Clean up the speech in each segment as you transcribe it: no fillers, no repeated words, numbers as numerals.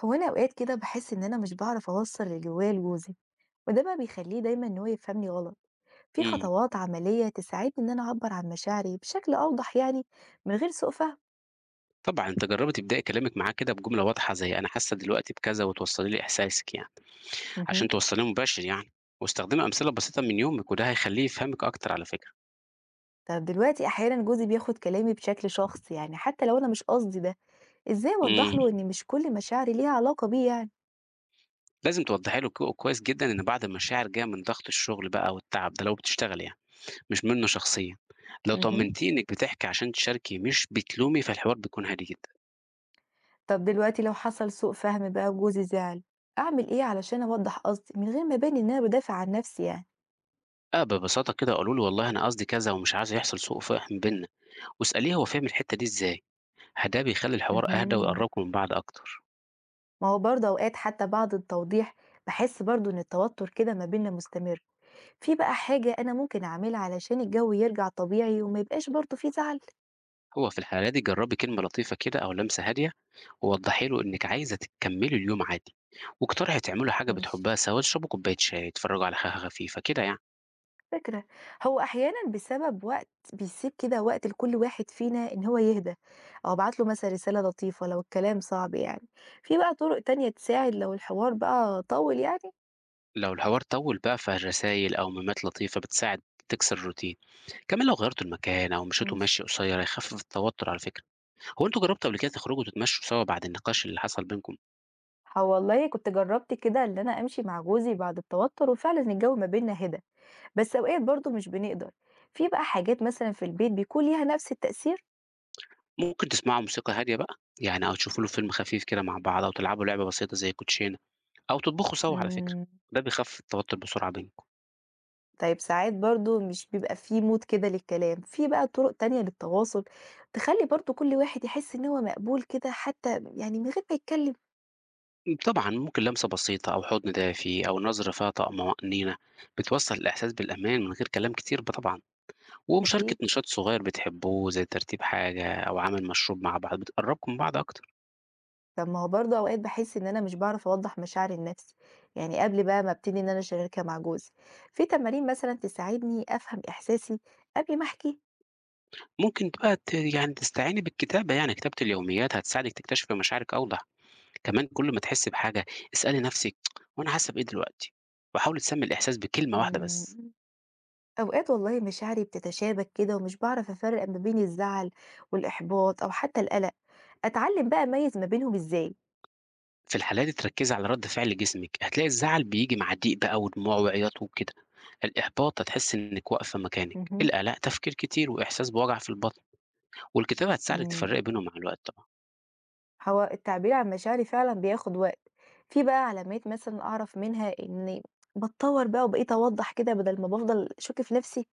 هو أنا أوقات كده باحس إن أنا مش باعرف أوصّل اللي جوايا لجوزي، وده بقى بيخلّيه دايمًا إن هو يفهمني غلط، في إمم. خطوات عملية تساعدني إن أنا أعبّر عن مشاعري بشكل أوضح يعني من غير سوء فهم؟ طبعًا تجرّبي تبدئي كلامِك معاه كده بجملة واضحة زي أنا حاسة دلوقتي بكذا وتوصّلي لي إحساسِك يعني، اهم. عشان توصّليه مباشر يعني، واستخدمي أمثلة بسيطة من يومِك وده هيخلّيه يفهمِك أكتر على فكرة. طب دلوقتي أحيانًا جوزي بياخد كلامي بشكل شخصي يعني حتى لو أنا مش قصدي ده، إزاي أوضّح إمم. له إن مش كل مشاعري ليها علاقة بيه يعني؟ لازم توضّحي له كويس جدًا إن بعض المشاعر جاية من ضغط الشغل بقى والتعب ده لو بتشتغلي يعني، مش منّه شخصيًا. لو اهم. طمّنتيه إنِّك بتحكي عشان تشاركي مش بتلومي فالحوار بيكون هادي جدًا. طب دلوقتي لو حصل سوء فهم بقى وجوزي زعل، أعمل إيه علشان أوضّح قصدي من غير ما أبان إن أنا بادافع عن نفسي يعني؟ آه، ببساطة كده قولوا له والله أنا قصدي كذا ومش عايزة يحصل سوء فِهم بيننا، واسأليه هو فاهم الحتّة دي إزاي، ده بيخلّي الحوار أهدى اهم. ويقرّبكم من بعض أكتر. ما هو برضه أوقات حتى بعد التوضيح باحس برضه إن التوتر كده ما بيننا مستمر، في بقى حاجة أنا ممكن أعملها علشان الجو يرجع طبيعي وما يبقاش برضه في زعل؟ هو في الحالة دي جربي كلمة لطيفة كده أو لمسة هادية ووضحي له إنك عايزة تكملي اليوم عادي، واقترحي تعملوا حاجة مش بتحبها سوا، تشربوا كوباية شاي، تتفرجوا على حاجة خفيفة كده يعني. فكرة، هو أحيانا بسبب وقت بيسيب كده وقت لكل واحد فينا إن هو يهدى، أو أبعت له مثلًا رسالة لطيفة لو الكلام صعب يعني، في بقى طرق تانية تساعد لو الحوار بقى طوِّل يعني؟ لو الحوار طول بقى فالرسايل أو ميمات لطيفة بتساعد تكسر الروتين، كمان لو غيرتوا المكان أو مشيتوا مش مشي قصير هيخفف التوتر على فكرة. هو أنتوا جربتوا قبل كده تخرجوا تتمشوا سوا بعد النقاش اللي حصل بينكم؟ هو والله كنت جربت كده إن أنا أمشي مع جوزي بعد التوتر وفعلًا الجو ما بيننا هدا. بس أوقات برضه مش بنقدر، في بقى حاجات مثلًا في البيت بيكون ليها نفس التأثير؟ ممكن تسمعوا موسيقى هادية بقى يعني، أو تشوفوا له فيلم خفيف كده مع بعض، أو تلعبوا لعبة بسيطة زي كوتشينة، أو تطبخوا سوا على فكرة. إمم، ده بيخفف التوتر بسرعة بينكم. طيب ساعات برضه مش بيبقى في mood كده للكلام، في بقى طرق تانية للتواصل تخلّي برضه كل واحد يحس إن هو مقبول كده حتى يعني من غير ما يتكلم؟ إمم، طبعًا ممكن لمسة بسيطة أو حضن دافي أو نظرة فيها طمأنينة بتوصّل الإحساس بالأمان من غير كلام كتير طبعًا، ومشاركة أكيد، نشاط صغير بتحبوه زي ترتيب حاجة أو عمل مشروب مع بعض بتقرّبكم من بعض أكتر. طب ما هو برضه أوقات باحس إن أنا مش باعرف أوضّح مشاعري لنفسي، يعني قبل بقى ما أبتدي إن أنا أشاركها مع جوزي، في تمارين مثلًا تساعدني أفهم إحساسي قبل ما أحكيه؟ ممكن بقى يعني تستعيني بالكتابة، يعني كتابة اليوميات هتساعدِك تكتشفي مشاعرِك أوضح، كمان كل ما تحسّي بحاجة اسألي نفسِك، هو أنا حاسة بإيه دلوقتي؟ وحاولي تسمّي الإحساس بكلمة واحدة إمم. بس. أوقات والله مشاعري بتتشابك كده ومش بعرف أفرق ما بين الزعل والإحباط أو حتى القلق أتعلم بقى أميز ما بينهم إزاي في الحالة دي تركزي على رد فعل جسمِك، هتلاقي الزعل بييجي مع ضيق بقى ودموع وعياط وكده، الإحباط هتحسي إنِّك واقفة مكانِك، مهم. القلق تفكير كتير وإحساس بوجع في البطن، والكتابة هتساعدِك مم. تفرّقي بينهم مع الوقت طبعًا. هو التعبير عن مشاعري فعلا بياخد وقت في بقى علامات مثلا أعرف منها إني بتطور بقى وبقيت أوضح كده بدل ما بفضل أشك في نفسي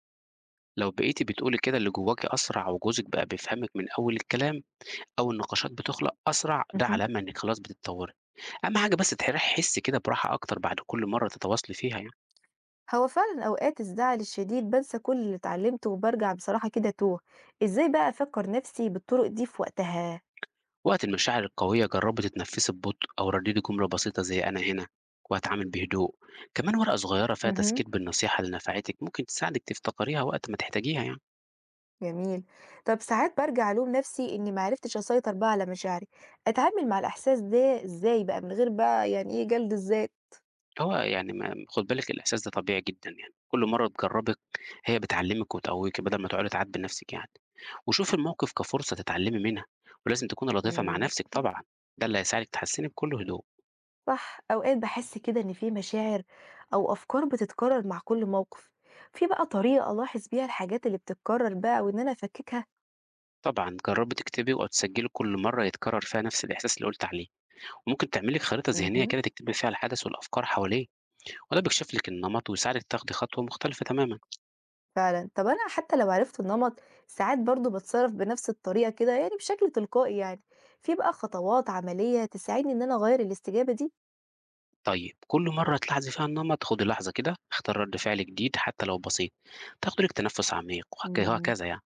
لو بقيتِ بتقولي كده اللي جواكِ أسرع وجوزِك بقى بيفهمِك من أول الكلام أو النقاشات بتخلق أسرع، ده مهم. علامة إنِّك خلاص بتتطوّري. أهم حاجة بس تحسي كده براحة أكتر بعد كل مرّة تتواصلي فيها يعني. هو فعلا أوقات الزعل الشديد بنسى كل اللي اتعلمته وبرجع بصراحة كده توه إزاي بقى أفكر نفسي بالطرق دي في وقتها وقت المشاعر القوية جربي تتنفسي ببطء أو رددي جملة بسيطة زي أنا هنا وهتعامل بهدوء، كمان ورقة صغيرة فيها مهم. تذكير بالنصيحة اللي نفعتك ممكن تساعدك تفتكريها وقت ما تحتاجيها يعني. جميل. طب ساعات بارجع ألوم نفسي إني ما عرفتش أسيطر بقى على مشاعري، أتعامل مع الإحساس ده إزاي بقى من غير بقى يعني إيه جلد الذات؟ هو يعني ما خد بالك الإحساس ده طبيعي جدا، يعني كل مرة تجربك هي بتعلمك وتقويك بدل ما تقعدي تعاتبي نفسك يعني، وشوفي الموقف كفرصة تتعلمي منها، ولازم تكوني لطيفة مع امم نفسك طبعا. ده اللي هيساعدك تحسني بكل هدوء. صح، أوقات باحس كده إن في مشاعر أو أفكار بتتكرر مع كل موقف، في بقى طريقة ألاحظ بيها الحاجات اللي بتتكرر بقى وإن أنا أفككها؟ طبعا جربي تكتبي وتسجلي كل مرة يتكرر فيها نفس الإحساس اللي قلت عليه، ممكن تعمل لك خريطة ذهنية امم كده تكتبي فيها الحدث والأفكار حواليه، وده بيكشف لك النمط ويساعدك تاخدي خطوة مختلفة تماما. فعلًا، طب أنا حتى لو عرفت النمط ساعات برضه باتصرف بنفس الطريقة كده يعني بشكل تلقائي يعني، في بقى خطوات عملية تساعدني إن أنا أغير الاستجابة طيب كل مرة تلاحظي فيها النمط خدي لحظة كده، اختار رد فعل جديد حتى لو بسيط، تاخدي لك تنفس عميق دي؟ وهكذا يعني.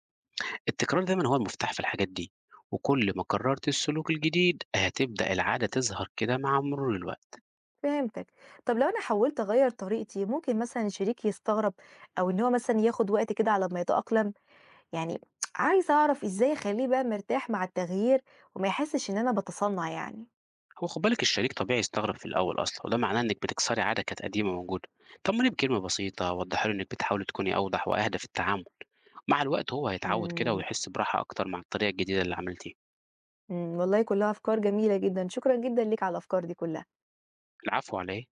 التكرار دايما هو المفتاح في الحاجات دي، وكل ما كررت السلوك الجديد هتبدأ العادة تظهر كده مع مرور الوقت. فهمتك. طب لو أنا حاولت أغيّر طريقتي، ممكن مثلًا شريكي يستغرب أو إن هو مثلًا ياخد وقت كده على ما يتأقلم؟ يعني عايزة أعرف إزاي أخلّيه بقى مرتاح مع التغيير وما يحسّش إن أنا باتصنّع يعني. هو خد بالك الشريك طبيعي يستغرب في الأول أصلا، وده معناه إنك بتكسري عادة كانت قديمة موجودة. طمني بكلمة بسيطة، وضحي له إنك بتحاولي تكوني أوضح وأهدى في التعامل، مع الوقت هو هيتعود كده إمم، ويحس براحة أكتر مع الطريقة الجديدة اللي عملتيها. إمم، والله كُلّها أفكار جميلة جدًا، شكرًا جدًا ليك على الأفكار دي كُلّها. العفو على إيه؟